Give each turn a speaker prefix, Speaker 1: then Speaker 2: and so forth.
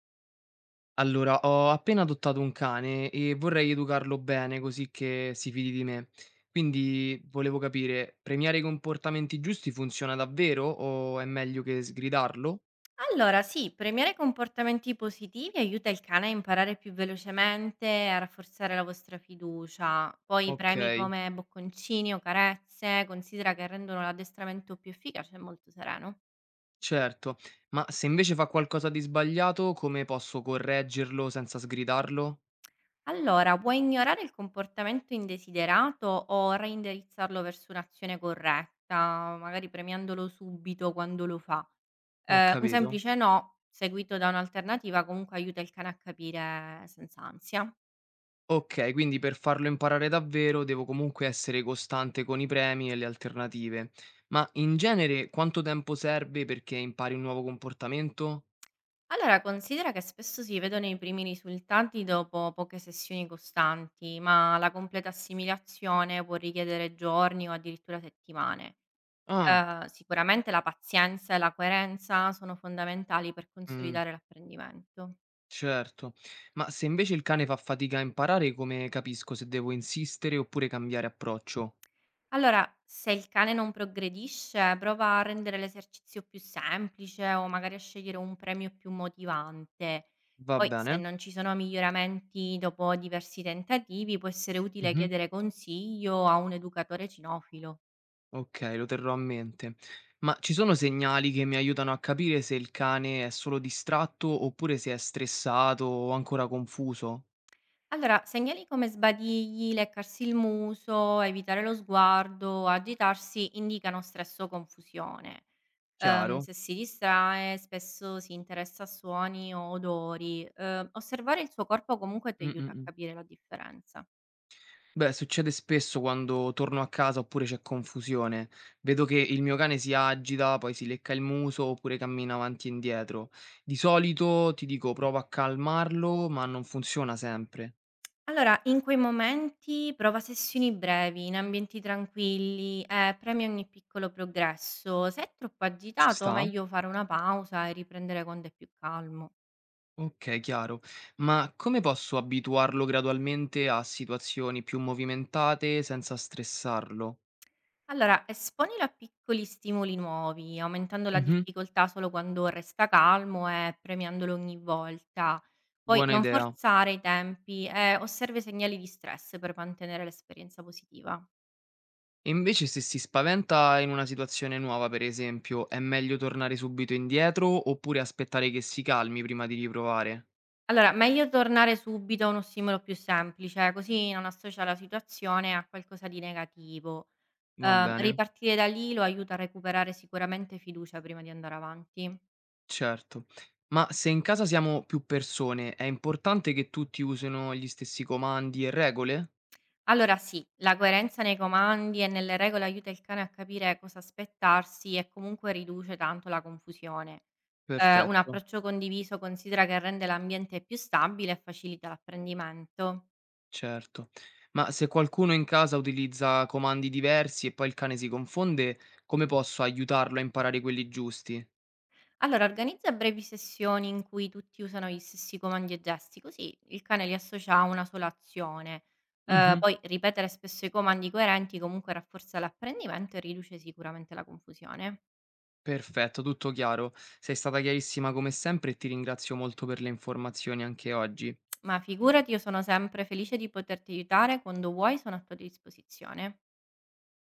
Speaker 1: Allora, ho appena adottato un cane e vorrei educarlo bene così che si fidi di me. Quindi volevo capire, premiare i comportamenti giusti funziona davvero o è meglio che sgridarlo?
Speaker 2: Allora sì, premiare comportamenti positivi aiuta il cane a imparare più velocemente, a rafforzare la vostra fiducia. Poi
Speaker 1: Ok,
Speaker 2: premi come bocconcini o carezze, considera che rendono l'addestramento più efficace e molto sereno.
Speaker 1: certo. Ma se invece fa qualcosa di sbagliato, come posso correggerlo senza sgridarlo?
Speaker 2: Allora, puoi ignorare il comportamento indesiderato o reindirizzarlo verso un'azione corretta, magari premiandolo subito quando lo fa.
Speaker 1: Ho
Speaker 2: Un
Speaker 1: capito.
Speaker 2: semplice no, seguito da un'alternativa, comunque aiuta il cane a capire senza ansia.
Speaker 1: Ok, quindi per farlo imparare davvero devo comunque essere costante con i premi e le alternative. Ma in genere quanto tempo serve perché impari un nuovo comportamento?
Speaker 2: Allora, considera che spesso si vedono i primi risultati dopo poche sessioni costanti, ma la completa assimilazione può richiedere giorni o addirittura settimane.
Speaker 1: Ah,
Speaker 2: Sicuramente la pazienza e la coerenza sono fondamentali per
Speaker 1: mh,
Speaker 2: consolidare l'apprendimento.
Speaker 1: certo. Ma se invece il cane fa fatica a imparare, come capisco se devo insistere oppure cambiare approccio?
Speaker 2: Allora, se il cane non progredisce, prova a rendere l'esercizio più semplice o magari a scegliere un premio più motivante.
Speaker 1: Va
Speaker 2: Poi, se
Speaker 1: bene?
Speaker 2: non ci sono miglioramenti dopo diversi tentativi, può essere utile
Speaker 1: Mhm.
Speaker 2: chiedere consiglio a un educatore cinofilo.
Speaker 1: Ok, lo terrò a mente. Ma ci sono segnali che mi aiutano a capire se il cane è solo distratto oppure se è stressato o ancora confuso?
Speaker 2: Allora, segnali come sbadigli, leccarsi il muso, evitare lo sguardo, agitarsi indicano stress o confusione.
Speaker 1: Chiaro?
Speaker 2: Se si distrae spesso si interessa a suoni o odori. Osservare il suo corpo comunque ti
Speaker 1: Mm, mm,
Speaker 2: aiuta a
Speaker 1: mm.
Speaker 2: capire la differenza.
Speaker 1: Beh, succede spesso quando torno a casa oppure c'è confusione. Vedo che il mio cane si agita, poi si lecca il muso oppure cammina avanti e indietro. Di solito ti dico provo a calmarlo, ma non funziona sempre.
Speaker 2: Allora, in quei momenti prova sessioni brevi, in ambienti tranquilli e premia ogni piccolo progresso. Se è troppo
Speaker 1: Ci
Speaker 2: agitato,
Speaker 1: sta?
Speaker 2: meglio fare una pausa e riprendere quando è più calmo.
Speaker 1: Ok, chiaro. Ma come posso abituarlo gradualmente a situazioni più movimentate senza stressarlo?
Speaker 2: Allora, esponilo a piccoli stimoli nuovi, aumentando la
Speaker 1: Mhm,
Speaker 2: difficoltà solo quando resta calmo e premiandolo ogni volta. Poi
Speaker 1: buona
Speaker 2: non
Speaker 1: idea.
Speaker 2: forzare i tempi e osserve segnali di stress per mantenere l'esperienza positiva.
Speaker 1: E invece se si spaventa in una situazione nuova, per esempio, è meglio tornare subito indietro oppure aspettare che si calmi prima di riprovare?
Speaker 2: Allora, meglio tornare subito a uno stimolo più semplice, così non associa la situazione a qualcosa di negativo.
Speaker 1: Va bene,
Speaker 2: Ripartire da lì lo aiuta a recuperare sicuramente fiducia prima di andare avanti.
Speaker 1: certo. Ma se in casa siamo più persone, è importante che tutti usino gli stessi comandi e regole?
Speaker 2: Allora sì, la coerenza nei comandi e nelle regole aiuta il cane a capire cosa aspettarsi e comunque riduce tanto la confusione. Un
Speaker 1: Perfetto,
Speaker 2: approccio condiviso considera che rende l'ambiente più stabile e facilita l'apprendimento.
Speaker 1: certo. Ma se qualcuno in casa utilizza comandi diversi e poi il cane si confonde, come posso aiutarlo a imparare quelli giusti?
Speaker 2: Allora, organizza brevi sessioni in cui tutti usano gli stessi comandi e gesti, così il cane li associa a una sola azione.
Speaker 1: Mhm.
Speaker 2: Poi ripetere spesso i comandi coerenti comunque rafforza l'apprendimento e riduce sicuramente la confusione.
Speaker 1: Perfetto, tutto chiaro. Sei stata chiarissima come sempre e ti ringrazio molto per le informazioni anche oggi.
Speaker 2: Ma figurati, io sono sempre felice di poterti aiutare, quando vuoi sono a tua disposizione.